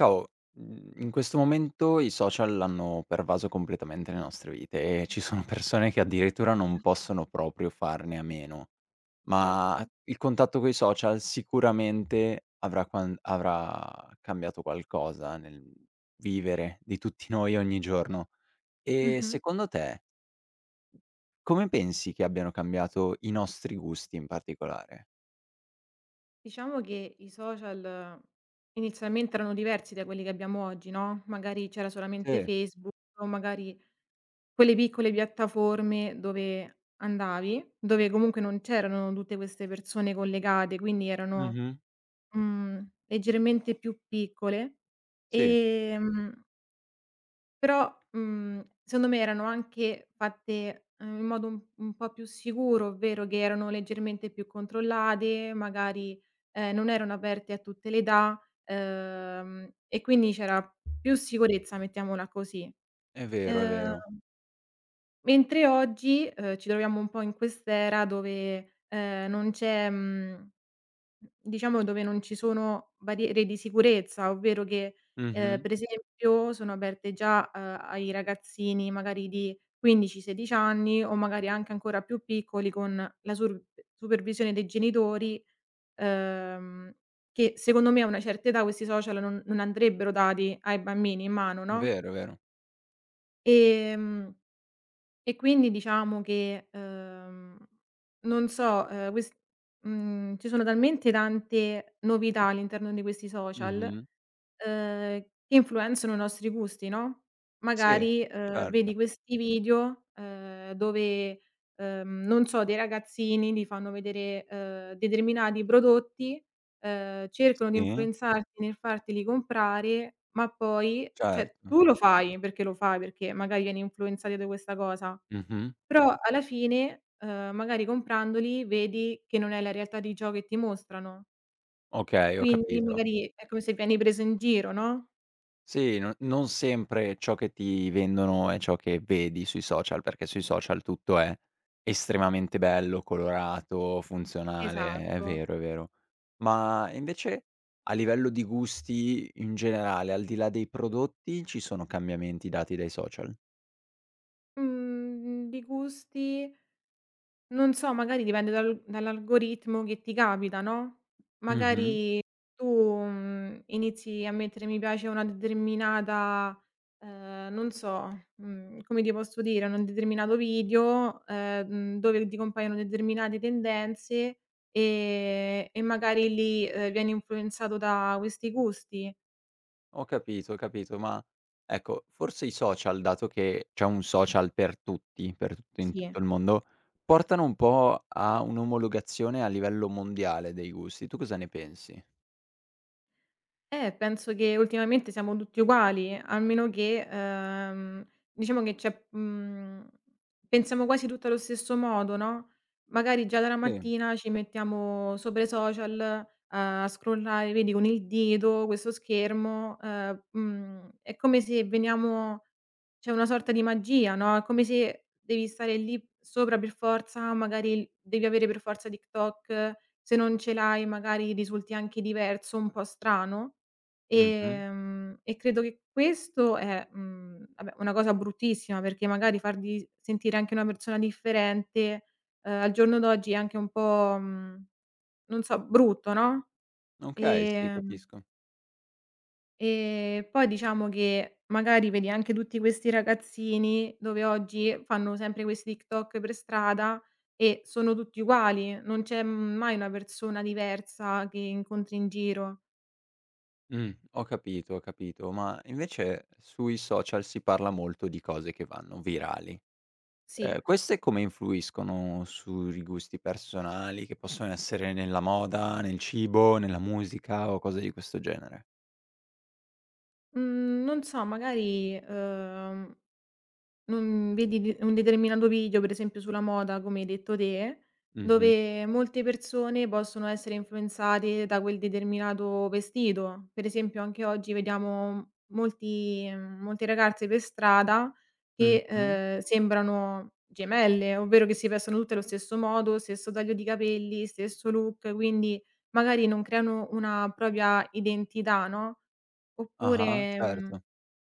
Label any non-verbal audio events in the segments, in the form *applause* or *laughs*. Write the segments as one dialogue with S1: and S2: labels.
S1: Ciao, in questo momento i social hanno pervaso completamente le nostre vite e ci sono *laughs* persone che addirittura non possono proprio farne a meno, ma
S2: Certo.
S1: il contatto coi social sicuramente avrà quan avrà cambiato qualcosa nel vivere di tutti *laughs* noi ogni giorno. E
S2: Mh-mh.
S1: secondo te, come pensi che abbiano cambiato i nostri gusti in particolare?
S2: Diciamo che i social inizialmente erano diversi da quelli che abbiamo oggi, no, magari c'era solamente
S1: Sì,
S2: Facebook o magari quelle piccole piattaforme dove andavi, dove comunque non c'erano tutte queste persone collegate, quindi erano,
S1: mh-mh,
S2: leggermente più piccole.
S1: sì,
S2: ehm Però, secondo me erano anche fatte, in modo un po' più sicuro, ovvero che erano leggermente più controllate, magari, non erano aperte a tutte le età, e quindi c'era più sicurezza, mettiamola così.
S1: è vero, è
S2: Uhm,
S1: vero.
S2: Mh. Mentre oggi, ci troviamo un po' in quest'era dove, non c'è. Mhmm Diciamo, dove non ci sono barriere di sicurezza, ovvero che,
S1: Mh-mh,
S2: per esempio sono aperte già, ai ragazzini magari di 15, 16 anni o magari anche ancora più piccoli con la sur supervisione dei genitori, uhm, che secondo me a una certa età questi social non andrebbero dati ai bambini in mano, no.
S1: vero, vero.
S2: ehm e quindi diciamo che, non so, ci sono talmente tante novità all'interno di questi social,
S1: Mh-mh.
S2: uhm, che influenzano i nostri gusti, no,
S1: Sì,
S2: magari,
S1: certo.
S2: vedi questi video, dove, non so, dei ragazzini ti fanno vedere, determinati prodotti, cercano di
S1: Sì,
S2: influenzarti nel farteli comprare, ma poi cioè
S1: certo.
S2: tu lo fai, perché magari vieni influenzato da questa cosa,
S1: Mh-mh.
S2: però alla fine, magari comprandoli vedi che non è la realtà di ciò che ti mostrano.
S1: Okay, ho
S2: Quindi
S1: capito.
S2: magari è come se vieni presa in giro, no?
S1: Sì, no non sempre ciò che ti vendono è ciò che vedi sui social, perché sui social tutto è estremamente bello, colorato, funzionale, è
S2: Esatto.
S1: vero, è vero. Ma invece a livello di gusti in generale, al di là dei prodotti, ci sono cambiamenti dati dai social?
S2: Mhmm, di gusti, non so, magari dipende dall'algoritmo che ti capita, no,
S1: Mh-mh.
S2: magari tu, inizi a mettere mi piace a una determinata non so, come ti posso dire, un determinato video, dove ti compaiono determinate tendenze, e magari lì, vieni influenzato da questi gusti.
S1: Ho capito, ma ecco, forse i social, dato che c'è un social per tutti in
S2: Sì.
S1: tutto il mondo, portano un po' a un'omologazione a livello mondiale dei gusti. Tu cosa ne pensi?
S2: Penso che ultimamente siamo tutti uguali, almeno che, diciamo che c'è, pensiamo quasi tutti allo stesso modo, no, magari già dalla
S1: Sì.
S2: mattina ci mettiamo sopra i social, a scrollare, vedi, con il dito questo schermo, è come se veniamo, c'è una sorta di magia, no, è come se devi stare lì sopra per forza, magari devi avere per forza TikTok, se non ce l'hai magari risulti anche diverso, un po' strano.
S1: Mh-mh.
S2: E credo che questo è, vabbè, una cosa bruttissima, perché magari fargli sentire anche una persona differente, al giorno d'oggi è anche un po', non so, brutto, no,
S1: Okay, sì,
S2: ehm,
S1: capisco.
S2: e poi diciamo che magari vedi anche tutti questi ragazzini, dove oggi fanno sempre questi TikTok per strada e sono tutti uguali, non c'è mai una persona diversa che incontri in giro.
S1: Ho capito, ho capito. Ma invece sui social si parla molto di cose che vanno virali.
S2: Sì.
S1: Queste come influiscono sui gusti personali che possono essere nella moda, nel cibo, nella musica o cose di questo genere?
S2: Mhmm, Non so, magari, non vedi di un determinato video, per esempio sulla moda, come hai detto te,
S1: Mh-mh.
S2: dove molte persone possono essere influenzate da quel determinato vestito. Per esempio anche oggi vediamo molte ragazze per strada che,
S1: Mh-mh.
S2: sembrano gemelle, ovvero che si vestono tutte allo stesso modo, stesso taglio di capelli, stesso look, quindi magari non creano una propria identità, no,
S1: Ah-ah,
S2: oppure, mhmm
S1: certo.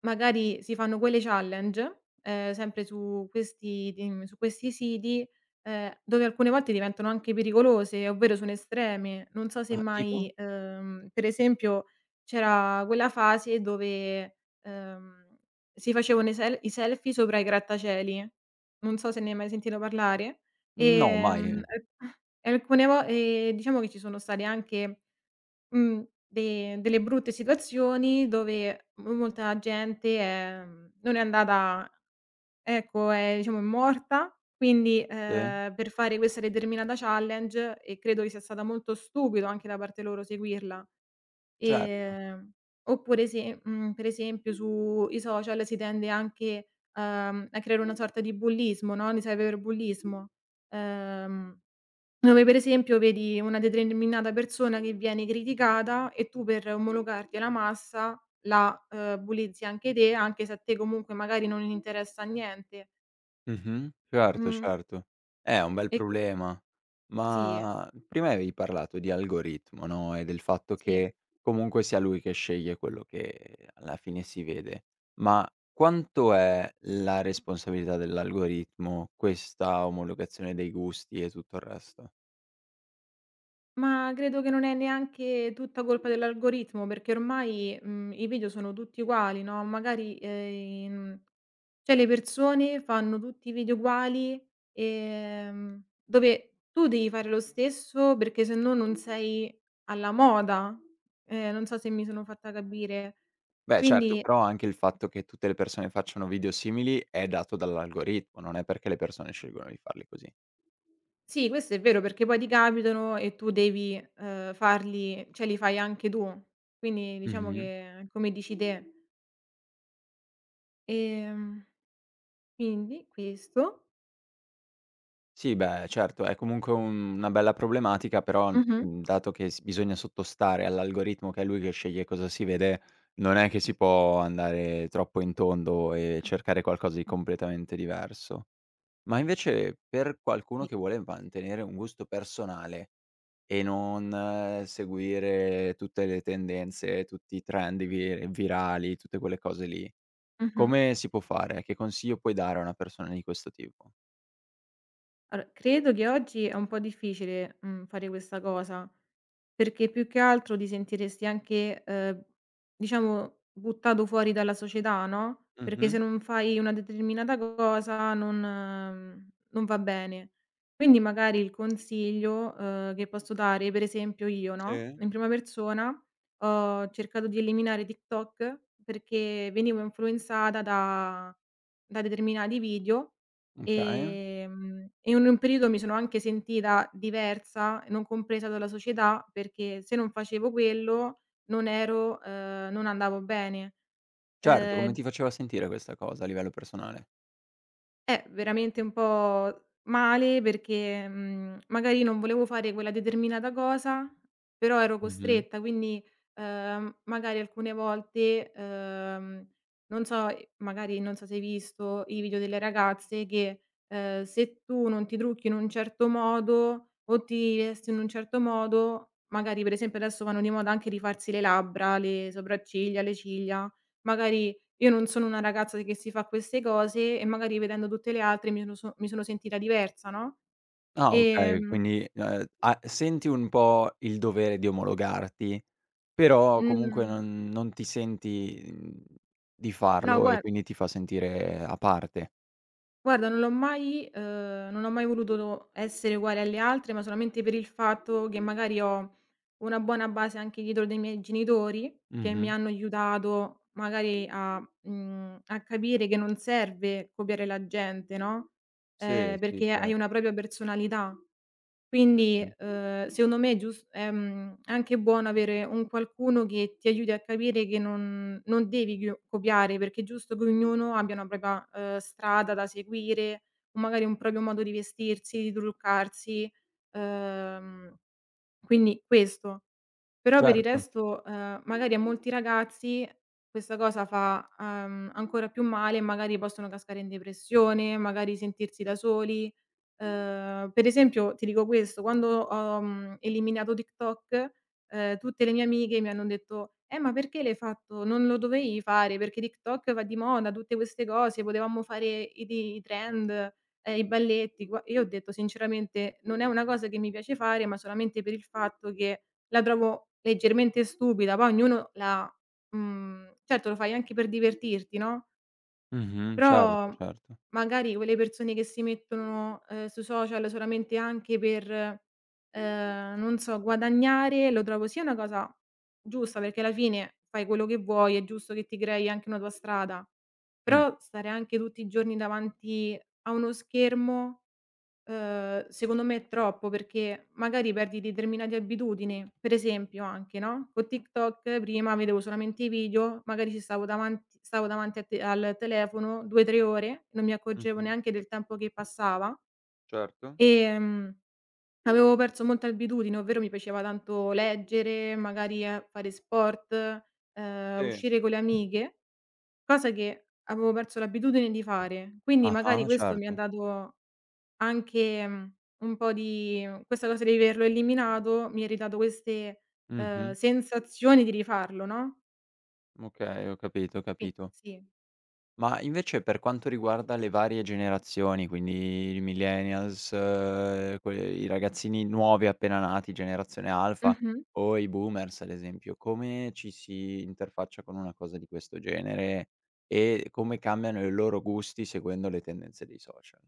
S2: magari si fanno quelle challenge, sempre su questi di su questi siti, dove alcune volte diventano anche pericolose, ovvero sono estreme. Non so se
S1: Ma tipo?
S2: mai, per esempio c'era quella fase dove, ehm, si facevano i selfie sopra i grattacieli, non so se ne hai mai sentito parlare. E,
S1: No, mai.
S2: E alcune vo diciamo che ci sono state anche, Mh, de delle brutte situazioni dove mo molta gente è, non è andata, ecco, è, diciamo è morta, quindi,
S1: Sì,
S2: per fare questa determinata challenge, e credo che sia stata molto stupido anche da parte loro seguirla.
S1: certo.
S2: Ehm, Oppure se, per esempio sui social si tende anche, a creare una sorta di bullismo, no, di cyberbullismo. Ehm Dove per esempio vedi una determinata persona che viene criticata e tu per omologarti alla massa la, bullizzi anche te, anche se a te comunque magari non interessa niente.
S1: Mh-mh. Certo,
S2: Mhmm,
S1: certo. È un bel
S2: e
S1: problema.
S2: sì,
S1: Ma prima avevi parlato di algoritmo, no, e del fatto
S2: sì.
S1: che comunque sia lui che sceglie quello che alla fine si vede. Ma quanto è la responsabilità dell'algoritmo questa omologazione dei gusti e tutto il resto?
S2: Ma credo che non è neanche tutta colpa dell'algoritmo, perché ormai, i video sono tutti uguali, no, magari. Cioè le persone fanno tutti i video uguali, dove tu devi fare lo stesso perché se no non sei alla moda. Non so se mi sono fatta capire.
S1: Beh certo,
S2: Quindi
S1: però anche il fatto che tutte le persone facciano video simili è dato dall'algoritmo, non è perché le persone scelgono di farli così.
S2: sì, questo è vero perché poi ti capitano e tu devi, farli, cioè li fai anche tu. Quindi diciamo
S1: Mh-mh.
S2: che è come dici te. Ehm, quindi questo.
S1: Sì, beh certo, è comunque un una bella problematica, però,
S2: Mh-mh.
S1: dato che s bisogna sottostare all'algoritmo che è lui che sceglie cosa si vede, non è che si può andare troppo in tondo e cercare qualcosa di completamente diverso. Ma invece per qualcuno
S2: Sì.
S1: che vuole mantenere un gusto personale e non seguire tutte le tendenze, tutti i trend vi virali, tutte quelle cose lì.
S2: Mh-mh.
S1: Come si può fare? Che consiglio puoi dare a una persona di questo tipo?
S2: Allora, credo che oggi è un po' difficile, fare questa cosa. Perché più che altro ti sentiresti anche, diciamo buttato fuori dalla società, no, perché se
S1: Mh-mh.
S2: non fai una determinata cosa non va bene. Quindi magari il consiglio, che posso dare, per esempio io, no,
S1: Sì.
S2: in prima persona ho cercato di eliminare TikTok perché venivo influenzata da determinati video.
S1: Okay.
S2: E in un periodo mi sono anche sentita diversa, non compresa dalla società, perché se non facevo quello non ero, non andavo bene.
S1: Certo, come
S2: Ehm
S1: ti faceva sentire questa cosa a livello personale?
S2: Veramente un po' male, perché, magari non volevo fare quella determinata cosa, però ero
S1: Mh-mh.
S2: costretta, quindi, magari alcune volte, non so, magari non so se hai visto i video delle ragazze che, se tu non ti trucchi in un certo modo o ti vesti in un certo modo, magari per esempio adesso vanno di moda anche rifarsi le labbra, le sopracciglia, le ciglia, magari io non sono una ragazza che si fa queste cose e magari vedendo tutte le altre mi sono sentita diversa, no,
S1: Ah okay,
S2: ehm,
S1: quindi, a senti un po' il dovere di omologarti, però comunque
S2: mhmm,
S1: non ti senti, di
S2: no,
S1: farlo e quindi ti fa sentire a parte.
S2: guarda, non l'ho mai, non ho mai voluto essere uguale alle altre, ma solamente per il fatto che magari ho una buona base anche dietro dei miei genitori, che mi
S1: Mh-mh.
S2: hanno aiutato magari a, a capire che non serve copiare la gente, no,
S1: Sì, sì,
S2: perché
S1: cer
S2: hai una propria personalità. Quindi,
S1: Mh-mh.
S2: secondo me è gius, è anche buono avere un qualcuno che ti aiuti a capire che non devi chio copiare, perché è giusto che ognuno abbia una propria, strada da seguire, o magari un proprio modo di vestirsi, di truccarsi, uhm, quindi questo. Però per il
S1: Certo.
S2: resto, magari a molti ragazzi questa cosa fa, ancora più male e magari possono cascare in depressione, magari sentirsi da soli. Per esempio, ti dico questo, quando ho, eliminato TikTok, tutte le mie amiche mi hanno detto: ma perché l'hai fatto? Non lo dovevi fare, perché TikTok va di moda, tutte queste cose, potevamo fare i trend, i balletti." Gua Io ho detto sinceramente: "Non è una cosa che mi piace fare, ma solamente per il fatto che" la trovo leggermente stupida, poi ognuno la, certo lo fai anche per divertirti, no,
S1: Mh-mh. Certo,
S2: però
S1: certo.
S2: magari quelle persone che si mettono, sui social solamente anche per, non so, guadagnare, lo trovo sia una cosa giusta, perché alla fine fai quello che vuoi, è giusto che ti crei anche una tua strada,
S1: Mh.
S2: però stare anche tutti i giorni davanti a uno schermo, secondo me è troppo, perché magari perdi determinate abitudini. Per esempio anche, no, con TikTok prima vedevo solamente i video, magari ci stavo davanti a te al telefono 2, 3 ore, non mi accorgevo
S1: Mh-mh.
S2: neanche del tempo che passava,
S1: Certo.
S2: ehm, avevo perso molte abitudini, ovvero mi piaceva tanto leggere, magari, fare sport,
S1: Sì.
S2: uscire con le amiche, cosa che avevo perso l'abitudine di fare. Quindi magari
S1: Ah-ah,
S2: questo mi ha
S1: certo.
S2: dato anche, un po' di, questa cosa di averlo eliminato mi ha ridato queste,
S1: Mh-mh.
S2: sensazioni di rifarlo, no,
S1: Okay, ho capito, ho
S2: qui
S1: capito.
S2: sì.
S1: Ma invece per quanto riguarda le varie generazioni, quindi i millennials, que i ragazzini nuovi appena nati, generazione alfa
S2: Mh-mh.
S1: o i boomers ad esempio, come ci si interfaccia con una cosa di questo genere e come cambiano i loro gusti seguendo le tendenze dei social?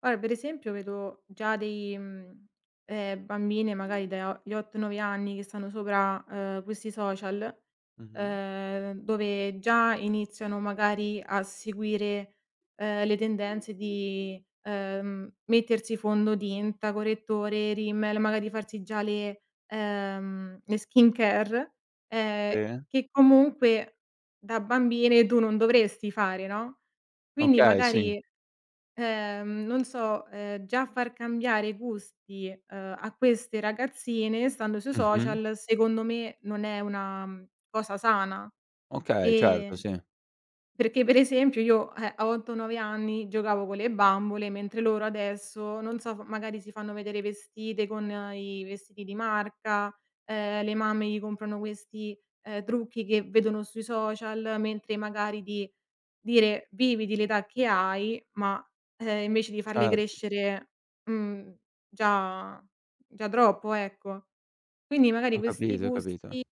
S2: Guarda, per esempio vedo già dei, bambine magari dagli 8, 9 anni che stanno sopra, questi social,
S1: Mh-mh.
S2: dove già iniziano magari a seguire, le tendenze di, mettersi fondotinta, correttore, rímel, magari farsi già le skincare, ehm,
S1: Sì?
S2: che comunque da bambine tu non dovresti fare, no, quindi
S1: Okay, sì.
S2: magari. Non so, già far cambiare i gusti, a queste ragazzine stando sui
S1: Mh-mh.
S2: social, secondo me non è una, cosa sana.
S1: Okay, certo,
S2: Ehm,
S1: sì.
S2: Perché per esempio io, a 8, 9 anni giocavo con le bambole, mentre loro adesso, non so, f magari si fanno vedere vestite con, i vestiti di marca, le mamme gli comprano questi, trucchi che vedono sui social, mentre magari di dire: "Viviti l'età che hai", ma, invece di farli
S1: Certo.
S2: crescere, mhmm, già già troppo, ecco. Quindi magari
S1: Ho
S2: questi
S1: capito, ho capito.
S2: gusti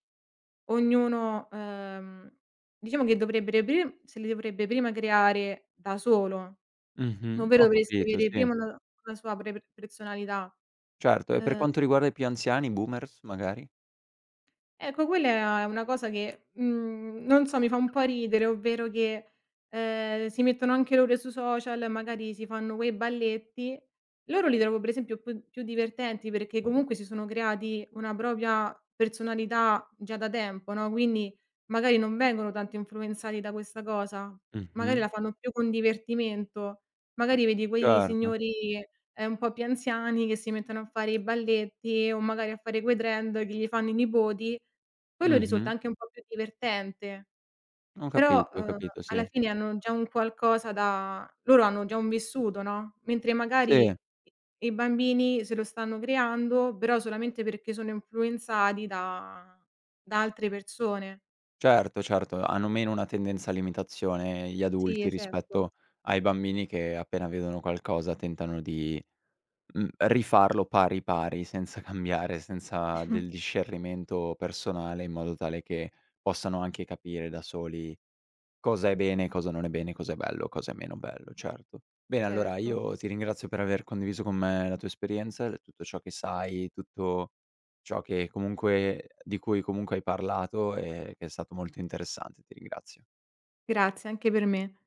S2: ognuno, diciamo che dovrebbero pri se li dovrebbe prima creare da solo,
S1: Mh-mh,
S2: ovvero
S1: ho
S2: dovresti
S1: capito,
S2: avere
S1: sì.
S2: prima una sua pre personalità.
S1: Certo, e per
S2: Ehm
S1: quanto riguarda i più anziani, boomers magari?
S2: Ecco, quella è una cosa che, non so, mi fa un po' ridere, ovvero che, si mettono anche loro sui social, magari si fanno quei balletti. Loro li trovo per esempio più divertenti perché comunque si sono creati una propria personalità già da tempo, no, quindi magari non vengono tanto influenzati da questa cosa, magari
S1: Mh-mh.
S2: la fanno più con divertimento. Magari vedi quei
S1: Certo.
S2: signori, un po' più anziani che si mettono a fare i balletti o magari a fare quei trend che gli fanno i nipoti, quello risulta
S1: Mh-mh.
S2: anche un po' più divertente, però,
S1: Ho capito,
S2: alla
S1: sì.
S2: fine hanno già un qualcosa da loro, hanno già un vissuto, no, mentre magari
S1: Sì,
S2: i bambini se lo stanno creando, però solamente perché sono influenzati da altre persone.
S1: certo, certo, hanno meno una tendenza all'imitazione gli
S2: Sì,
S1: adulti
S2: esatto.
S1: rispetto ai bambini che appena vedono qualcosa tentano di, rifarlo pari pari, senza *laughs* cambiare, senza del
S2: *laughs*
S1: discernimento personale in modo tale che possano anche capire da soli cosa è bene, cosa non è bene, cosa è bello, cosa è meno bello, certo. Bene, allora
S2: Certo.
S1: io ti ringrazio per aver condiviso con me la tua esperienza, l tutto ciò che sai, tutto ciò che comunque di cui comunque hai parlato e che è stato molto interessante. Ti ringrazio.
S2: Grazie, anche per me.